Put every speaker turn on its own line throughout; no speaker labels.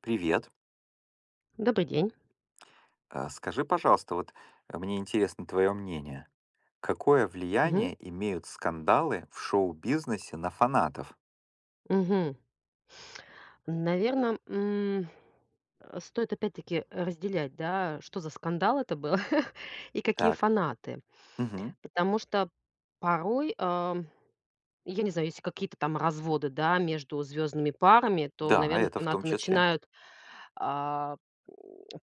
Привет.
Добрый день.
Скажи, пожалуйста, вот мне интересно твое мнение. Какое
Мгм.
влияние имеют скандалы в шоу-бизнесе на фанатов?
Мгм. Наверно, стоит опять-таки разделять, да, что за скандал это был и какие
Так.
фанаты.
Мгм.
Потому что порой, я не знаю, если какие-то там разводы, да, между звездными парами, то,
Да,
наверное,
это в том
фанаты
числе.
начинают, а,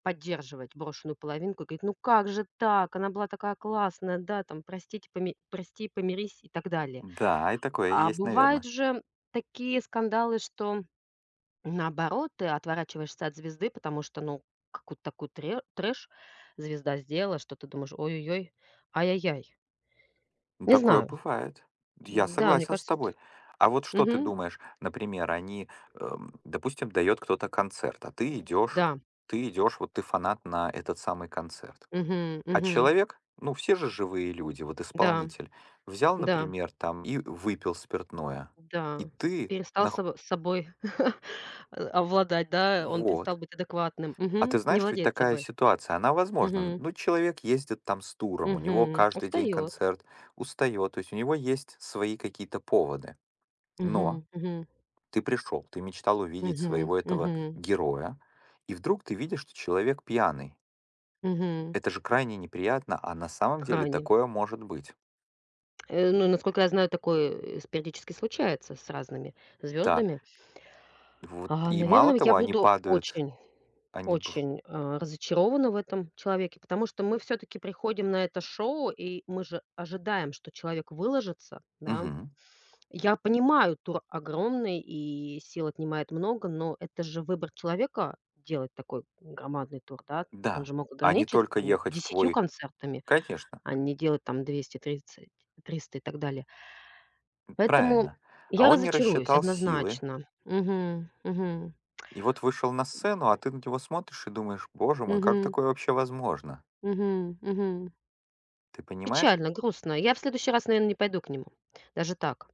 поддерживать брошенную половинку и говорить: "Ну как же так? Она была такая классная, да, там простите, поми прости, помирись" и так далее.
Да, и такое
А
есть,
бывают
наверное.
же такие скандалы, что наоборот, ты отворачиваешься от звезды, потому что, ну, какую-то такую трэш звезда сделала, что ты думаешь, ой-ой-ой, ай-яй-яй.
Ну,
Не
такое
знаю.
бывает. Я
Да, мне
согласен с
кажется,
тобой.
тут.
А вот что ты
Мгм.
думаешь, например, они, допустим, дает кто-то концерт, а ты идешь,
Да,
вот ты фанат на этот самый концерт.
Мгм.
А
Мгм.
человек, ну все же живые люди, вот
Да,
исполнитель, взял,
да,
например, там и выпил спиртное, и
да. И перестал собой овладать, да, он перестал
вот.
быть адекватным,
А
Мгм.
ты
Не
знаешь, что ведь
владеет
такая
собой,
ситуация, она возможна.
Мгм.
Ну, человек ездит там с туром, у него
Мгм.
каждый день
Устает.
концерт, устает, то есть у него есть свои какие-то поводы. Но
Мгм. Мгм.
ты пришел, ты мечтал увидеть
Мгм.
своего этого
Мгм.
героя, и вдруг ты видишь, что человек пьяный. Это же крайне неприятно, а на самом деле
Крайне.
такое может быть.
Ну, насколько я знаю, такое, э, с периодически случается с разными
Да,
звездами.
вот
А,
и мало
наверное, я
того, они
буду
падают,
очень,
они б
очень, разочарована в этом человеке, потому что мы все таки приходим на это шоу, и мы же ожидаем, что человек выложится, да.
мгм.
Я понимаю, тур огромный и сил отнимает много, но это же выбор человека- делать такой громадный тур, да. Он
Да,
же мог
а не
ограничиться
только
там
ехать в
10
твой.
концертами,
Конечно,
а не делать там 200, 30, 300 и так далее. Поэтому
правильно. А
я
он не
разочаруюсь
рассчитал силы
однозначно. Мгм, мгм,
и вот вышел на сцену, а ты на него смотришь и думаешь: "Боже мой, как
мгм,
такое вообще возможно?"
мгм, мгм.
Ты понимаешь?
Печально, грустно. Я в следующий раз, наверное, не пойду к нему. Даже так.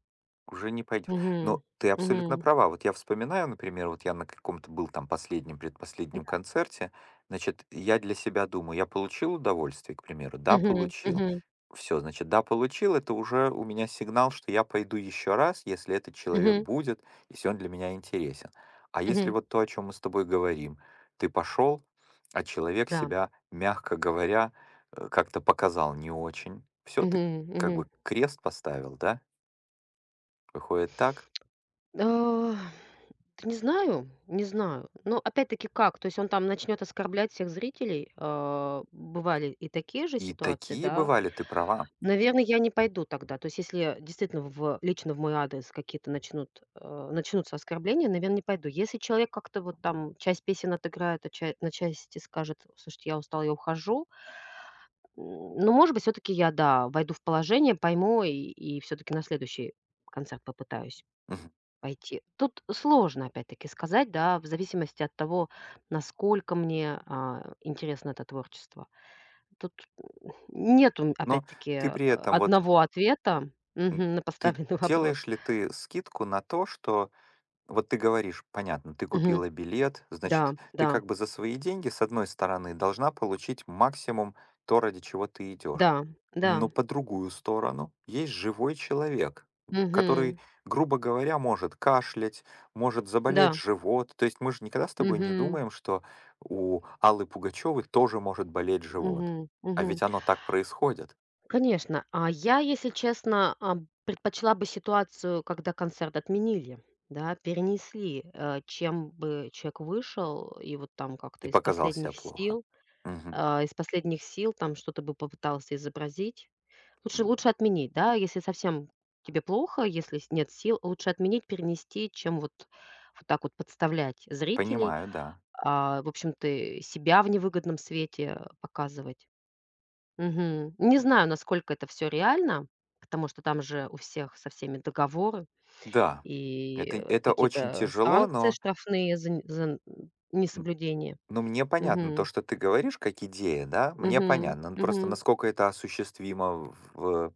Уже не пойдешь.
Мгм,
Но ты абсолютно
мгм,
права. Вот я вспоминаю, например, вот я на каком-то был там последнем, предпоследнем концерте, значит, я для себя думаю, я получил удовольствие, к примеру, да,
мгм,
получил.
мгм,
Все, значит, да, получил, это уже у меня сигнал, что я пойду еще раз, если этот человек
мгм,
будет, если он для меня интересен. А если
мгм.
вот то, о чем мы с тобой говорим, ты пошел, а человек
Да.
себя, мягко говоря, как-то показал не очень, все, ты
Мгм,
как
мгм.
бы крест поставил, да? Выходит так.
А, да не знаю, не знаю. Но опять-таки как? То есть он там начнет оскорблять всех зрителей? Бывали и такие же
И
ситуации,
такие
да?
бывали, ты права.
Наверное, я не пойду тогда. То есть, если действительно в лично в мой адрес какие-то начнутся оскорбления, наверное, не пойду. Если человек как-то вот там часть песен отыграет, а ча на части скажет: "Слушайте, я устал, я ухожу". Ну, может быть, все таки я, да, войду в положение, пойму и всё-таки на следующий концерт попытаюсь
Мгм.
пойти. Тут сложно опять-таки сказать, да, в зависимости от того, насколько мне, интересно это творчество. Тут нету,
Но
опять-таки,
ты при этом вот,
одного ответа,
м,
мгм, на
ты
поставленный вопрос.
делаешь ли ты скидку на то, что вот ты говоришь, понятно, ты
Мгм.
купила билет,
Да,
значит, ты
да,
как бы за свои деньги, с одной стороны, должна получить максимум то, ради чего ты идешь.
да, да,
Но по другую сторону есть живой человек,
мгм,
который, грубо говоря, может кашлять, может заболеть
да,
живот. То есть мы же никогда с тобой не
мгм,
думаем, что у Аллы Пугачевой тоже может болеть живот.
мгм,
А
мгм.
ведь оно так происходит.
Конечно, а я, если честно, предпочла бы ситуацию, когда концерт отменили, да, перенесли, чем бы человек вышел и вот там как-то
И
из
показал себя
последних
плохо.
сил,
Мгм.
а, из последних сил там что-то бы попытался изобразить. Лучше
М,
лучше отменить, да? Если совсем тебе плохо, если с нет сил, лучше отменить, перенести, чем вот так вот подставлять зрителей,
Понимаю, да.
в общем, ты себя в невыгодном свете показывать. Мгм. Не знаю, насколько это все реально, потому что там же у всех со всеми договоры
Да,
и,
это, это очень
какие-то
тяжело,
санкции
но,
штрафные за н
м,
несоблюдение.
но мне понятно то,
Мгм.
что ты говоришь как идея, да, мне
Мгм.
понятно. Ну, просто
Мгм.
насколько это осуществимо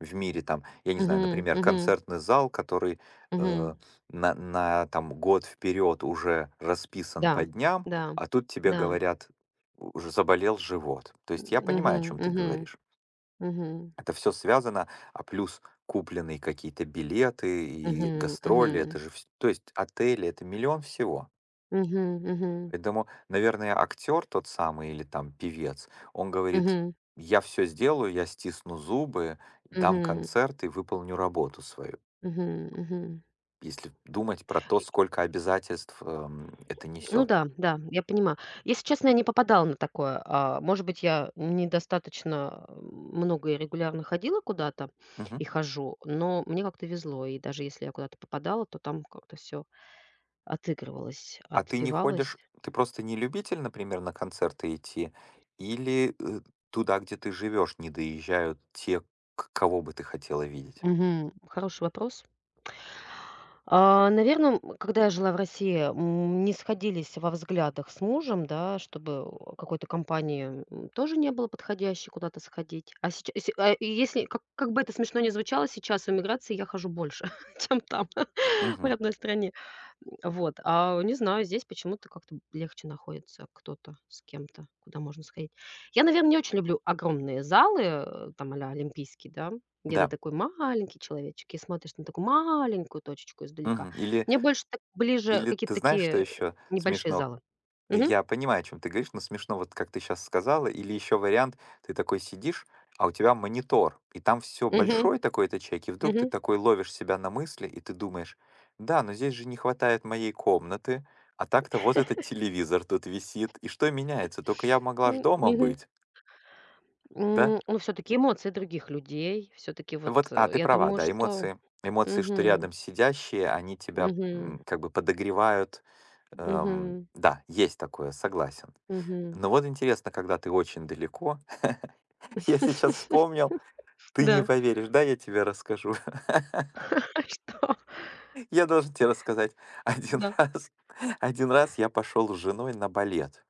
в мире, там, я не знаю,
Мгм.
например,
Мгм.
концертный зал, который
Мгм.
э, на там, год вперед уже расписан
Да.
по дням,
Да.
а тут тебе
Да.
говорят, уже заболел живот. То есть я понимаю, о
Мгм,
чем
мгм,
ты
мгм,
говоришь.
мгм,
Это все связано, а плюс купленные какие-то билеты и
мгм,
гастроли,
мгм,
это же, то есть отели, это миллион всего.
мгм, мгм,
Поэтому, наверное, актер тот самый или там певец, он говорит,
мгм,
я все сделаю, я стисну зубы, дам концерт и выполню работу свою.
мгм, мгм.
Если думать про то, сколько обязательств, это
Ну
несет.
да, да, я понимаю. Если честно, я не попадала на такое. Может быть, я недостаточно много и регулярно ходила куда-то и
Мгм.
хожу, но мне как-то везло. И даже если я куда-то попадала, то там как-то все отыгрывалось,
А ты не
отпивалось.
ходишь, ты просто не любитель, например, на концерты идти, или, туда, где ты живешь, не доезжают те, к кого бы ты хотела видеть?
Мгм. Хороший вопрос. Наверное, когда я жила в России, не сходились во взглядах с мужем, да, чтобы у какой-то компании, тоже не было подходящей куда-то сходить. А сейчас, если, как бы это смешно ни звучало, сейчас в эмиграции я хожу больше, чем там, в
Мгм.
родной стране. Вот, не знаю, здесь почему-то как-то легче находится кто-то с кем-то, куда можно сходить. Я, наверное, не очень люблю огромные залы, там а-ля олимпийский, да, где ты
Да.
такой маленький человечек и смотришь на такую маленькую точечку издалека.
Мгм. Или
Мне больше так ближе
или
какие-то
ты знаешь, что
такие
еще
небольшие
смешно?
залы. Мгм,
Я понимаю, о чём ты говоришь, но смешно, вот как ты сейчас сказала. Или еще вариант: ты такой сидишь, а у тебя монитор, и там все
мгм,
большой такой ячейки, и вдруг ты
мгм,
такой ловишь себя на мысли, и ты думаешь: "Да, но здесь же не хватает моей комнаты, а так-то вот этот телевизор тут висит, и что меняется? Только я могла ж дома
мгм.
быть". Да?
Ну, все таки эмоции других людей, все таки вот,
Вот, ты
я
права,
думаю,
да,
что.
эмоции, что
Мгм,
рядом сидящие, они тебя,
мгм,
как бы подогревают.
мгм,
Да, есть такое, согласен.
мгм.
Ну вот интересно, когда ты очень далеко. Я сейчас вспомнил, ты не
Да.
поверишь, да, я тебе расскажу.
А что?
Я должен тебе рассказать. Один
Да.
раз, один раз я пошел с женой на балет.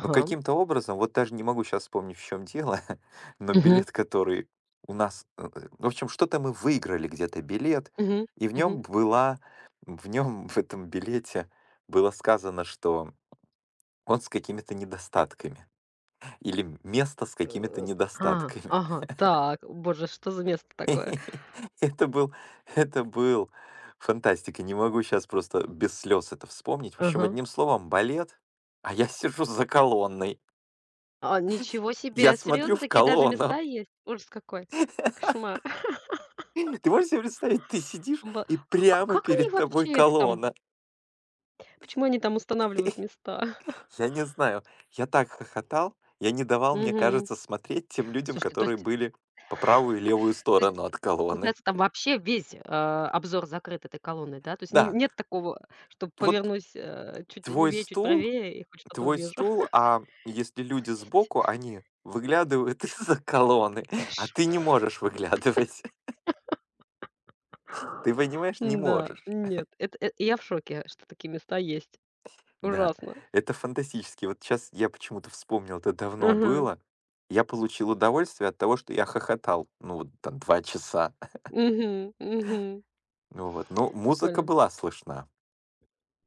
Но каким-то образом, вот даже не могу сейчас вспомнить, в чем дело, но
Мгм.
билет, который у нас... в общем, что-то мы выиграли где-то билет,
Мгм.
и в
Мгм.
нем была... В нем, в этом билете было сказано, что он с какими-то недостатками. Или место с какими-то
Э. А,
недостатками.
ага, так, боже, что за место такое?
Это был это был фантастика. Не могу сейчас просто без слез это вспомнить. В общем,
Ага.
одним словом, балет, а я сижу за колонной.
А, ничего
Я
себе,
смотрю
серьезно,
в
такие даже места
колонну.
есть? Ужас какой, кошмар.
Ты можешь себе представить, ты сидишь,
Б
и
а ка а
прямо
как они
перед тобой
вообще их там,
колонна.
почему они там устанавливают места?
Я не знаю, я так хохотал, я не давал, мне
Мгм.
кажется, смотреть тем людям,
Слушайте, то
которые
есть
были по правую и левую
то есть,
сторону от колонны.
получается, там вообще весь, обзор закрыт этой колонной, да? То есть не
Да,
нет такого, что
вот
повернусь, чуть
твой
левее, чуть
стул
правее и хоть что-то
твой
увижу?
стул, а если люди
Обалдеть.
сбоку, они выглядывают из-за колонны, а ты не можешь выглядывать. Ты понимаешь, не
Да
можешь.
нет, это я в шоке, что такие места есть.
Да,
Ужасно.
это фантастически. Вот сейчас я почему-то вспомнил, это давно
Мгм.
было. Я получил удовольствие от того, что я хохотал, ну, вот там 2 часа.
Мгм. Мгм.
Ну вот, ну, музыка
Прикольно.
была слышна.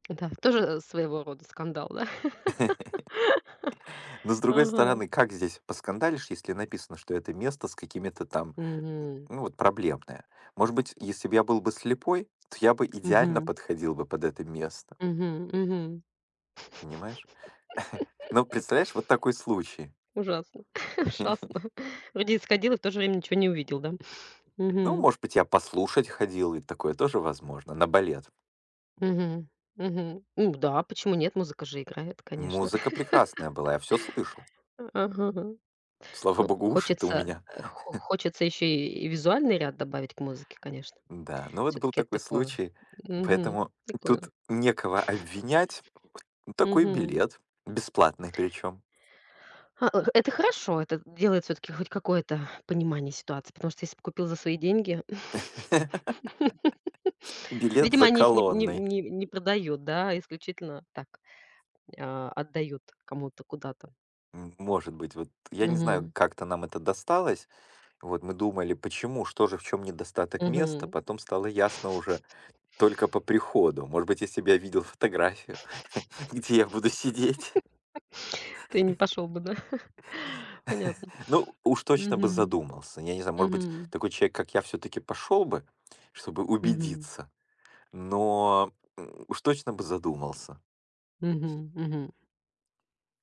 Да, тоже своего рода скандал, да?
Но с другой
Ага.
стороны, как здесь поскандалишь, если написано, что это место с какими-то там.
Мгм.
Ну вот проблемное. Может быть, если бы я был бы слепой, то я бы идеально
Мгм.
подходил бы под это место,
Мгм. Мгм.
понимаешь? Но представляешь, вот такой случай.
Ужасно. Ужасно. Вроде и сходил, и в то же время ничего не увидел, да?
Ну,
Мгм.
может быть, я послушать ходил, и такое тоже возможно, на балет.
Мгм. Мгм. Ну да, почему нет? Музыка же играет, конечно.
Музыка прекрасная была, я все слышал.
Ага.
Слава
Ну,
богу, уши-то у
хочется,
меня.
э, хо хочется еще и визуальный ряд добавить к музыке, конечно.
Да, ну вот
Все
был
таки это
такой
такое
случай,
мгм,
поэтому
прикольно.
тут некого обвинять. Ну, такой
Мгм.
билет, бесплатный причем.
Это хорошо, это делает все таки хоть какое-то понимание ситуации, потому что если бы купил за свои деньги.
Билет
Видимо,
за
они их не не
колонной.
не не продают, да, а исключительно так, отдают кому-то куда-то.
Может быть, вот я не знаю,
Мгм,
как-то нам это досталось. Вот мы думали, почему, что же, в чем недостаток места,
мгм.
потом стало ясно уже только по приходу. Может быть, если бы я видел фотографию, где я буду сидеть,
Ты не пошел бы, да? Понятно.
ну, уж точно бы
Мгм,
задумался. Я не знаю, может быть,
мгм,
такой человек, как я, все-таки пошел бы, чтобы
мгм.
убедиться, но уж точно бы задумался.
Мгм, мгм.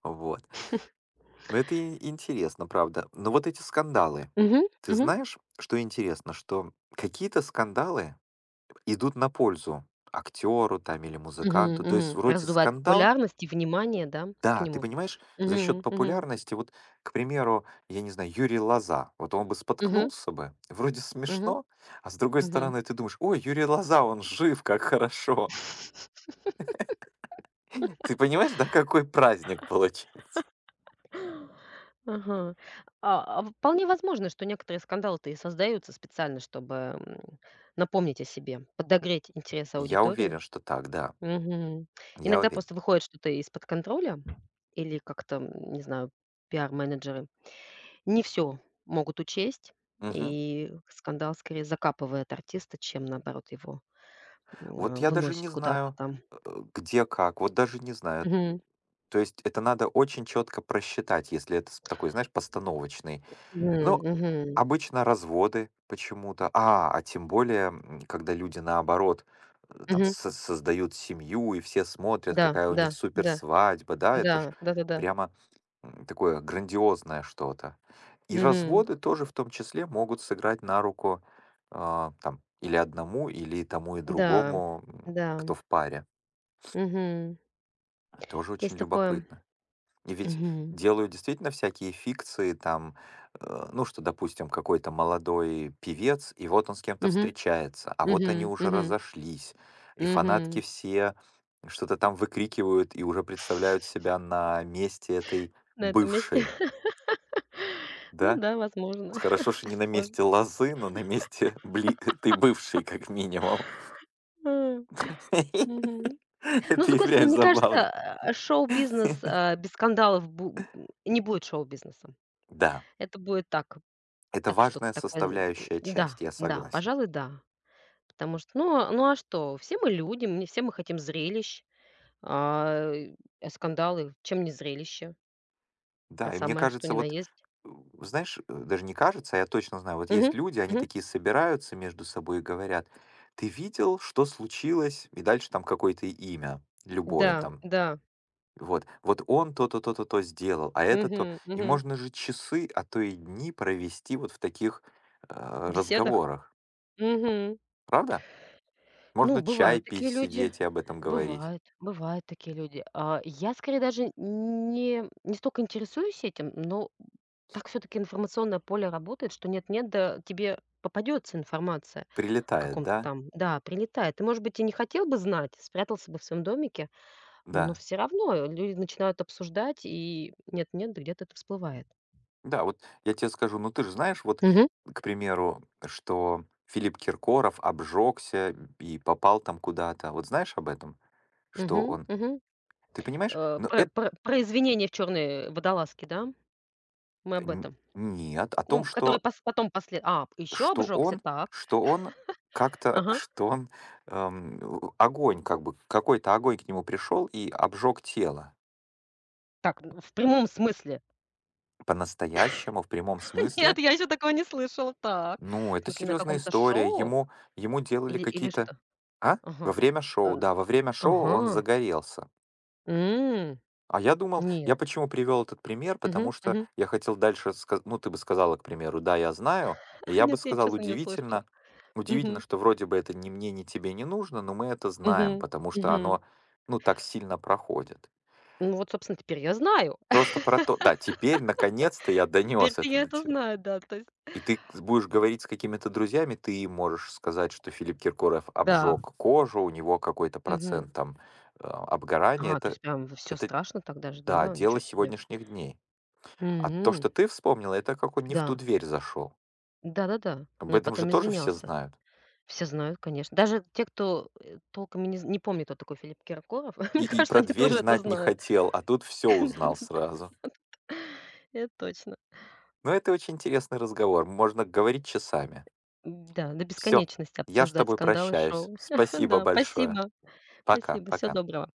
Вот. Но это и интересно, правда. Но вот эти скандалы.
Мгм,
Ты
мгм,
знаешь, что интересно, что какие-то скандалы идут на пользу актеру там или
мгм,
музыканту. То есть
мгм.
вроде
Раздувает
скандал,
популярность и внимание, да, к
да, ты
нему.
понимаешь, за счет
Мгм, мгм,
популярности, вот, к примеру, я не знаю, Юрий Лоза, вот он бы
мгм,
споткнулся бы, вроде
мгм,
смешно, а с другой
мгм.
стороны ты думаешь, ой, Юрий Лоза, он жив, как хорошо. Ты понимаешь, да, какой праздник получается?
Ага. А вполне возможно, что некоторые скандалы-то и создаются специально, чтобы, напомнить о себе, подогреть интерес
Я
аудитории.
уверен, что так, да,
Мгм.
я
Иногда
уверен.
просто выходит что-то из-под контроля или как-то, не знаю, пиар-менеджеры не все могут учесть,
Мгм.
и скандал скорее закапывает артиста, чем наоборот его,
Вот я даже не
выносит куда-то
знаю,
там.
э, где как, вот даже не знаю.
Мгм.
То есть это надо очень четко просчитать, если это такой, знаешь, постановочный.
Мгм,
Ну,
мгм,
обычно разводы почему-то, а тем более, когда люди наоборот там
мгм.
создают семью, и все смотрят,
Да,
какая у них
да,
супер
да,
свадьба, да, это ж
да, да-да-да.
прямо такое грандиозное что-то. И
Мгм.
разводы тоже в том числе могут сыграть на руку, там или одному, или тому и
Да,
другому,
да,
кто в паре.
мгм.
Тоже
Есть
очень
такое.
любопытно. И ведь
Мгм.
делают действительно всякие фикции там, ну, что, допустим, какой-то молодой певец, и вот он с кем-то
Мгм,
встречается, а вот они
мгм,
уже
мгм,
разошлись, и фанатки
мгм.
все что-то там выкрикивают и уже представляют себя на месте этой
На этом месте.
бывшей,
Ну
да?
да, возможно,
Хорошо, что не на
возможно.
месте Лозы, но на месте этой бывшей, как минимум.
А, мгм. Ну, с
Это и
другой стороны,
прям
мне
забавно.
кажется, шоу-бизнес, без скандалов бу не будет шоу-бизнесом.
Да,
Это будет так,
это
так что-то
важная
такое,
составляющая
да,
часть, я
да,
согласен.
пожалуй, да. Потому что, ну, а что? Все мы люди, мы все мы хотим зрелищ, а, и, а скандалы чем не зрелище? Это
Да, и мне
самое что ни
кажется,
на
вот,
есть.
э, знаешь, даже не кажется, а я точно знаю, вот
Мгм,
есть люди, они
мгм.
такие собираются между собой и говорят, ты видел, что случилось, и дальше там какое-то имя, любое. Да,
Да,
там,
да.
вот, вот он то-то, то-то то сделал, а это то,
Мгм,
и
мгм.
можно же часы, а то и дни провести вот в таких
В беседах.
разговорах,
Мгм.
правда?
Ну,
Можно чай
бывают
пить,
такие люди.
сидеть и об этом говорить.
Бывают, бывают такие люди. Я скорее даже не столько интересуюсь этим, но так все таки информационное поле работает, что нет-нет, да тебе попадется информация о
Прилетает,
каком-то
да?
там да, прилетает. Ты, может быть, и не хотел бы знать, спрятался бы в своем домике, но
Да.
все равно люди начинают обсуждать, и нет-нет, да где-то это всплывает.
Да, вот я тебе скажу, ну ты же знаешь, вот,
Мгм.
к примеру, что Филипп Киркоров обжегся и попал там куда-то. Вот знаешь об этом, что
Мгм.
он...
Мгм.
Ты понимаешь?
Э,
Но
про
это...
про про извинения в чёрной водолазке, да? Мы об этом.
нет, о том,
Ну, который
что,
пос потом после, еще
что
обжегся,
он,
так.
что он как-то,
Ага.
что он... огонь, как бы, какой-то огонь к нему пришел и обжег тело.
Так. Н в прямом смысле?
По-настоящему, в прямом смысле.
Нет, я еще такого не слышала. Так.
Ну,
В
это
смысле, на
серьезная
каком-то
история.
шоу
Ему делали
или
какие-то.
что?
А? Во
Ага.
время шоу,
Ан
да, во время шоу он
ага.
загорелся.
М.
А я думал, я
Нет.
почему привел этот пример,
Мгм,
потому что
мгм.
я хотел дальше сказать, ну, ты бы сказала, к примеру, да, я знаю, и я бы
Нет, я,
сказал,
честно, не услышала.
удивительно, удивительно,
Мгм,
что вроде бы это ни мне, ни тебе не нужно, но мы это знаем,
мгм,
потому что
мгм.
оно, ну, так сильно проходит.
Ну вот, собственно, теперь я знаю.
Просто про то, да, теперь, наконец-то, я донес
Теперь-то
это
я
до
это
тебя.
знаю, да, то есть.
И ты с будешь говорить с какими-то друзьями, ты им можешь сказать, что Филипп Киркоров
Да.
обжег кожу, у него какой-то
Мгм.
процент там, обгорания.
А, то
Это
есть прям все
это,
страшно так даже,
да,
да? Ничего
дело
себе.
сегодняшних дней. А то,
М.
что ты вспомнила, это как он не в ту
Да.
дверь зашел.
Да-да-да. Ну
Об
и
этом же
потом
тоже все
извинялся.
знают.
Все знают, конечно. Даже те, кто, толком и не помнит, кто такой Филипп Киркоров,
И
мне
и
кажется,
про
они
дверь
тоже это
знать не
знают.
хотел, а тут все узнал
Да-да-да.
сразу.
Это точно.
Но это очень интересный разговор, можно говорить часами.
Да, до
Все,
бесконечности
я с
обсуждать
тобой
скандалы
прощаюсь.
шоу.
Спасибо
Да,
большое.
спасибо.
Пока,
Спасибо, всего
пока.
доброго.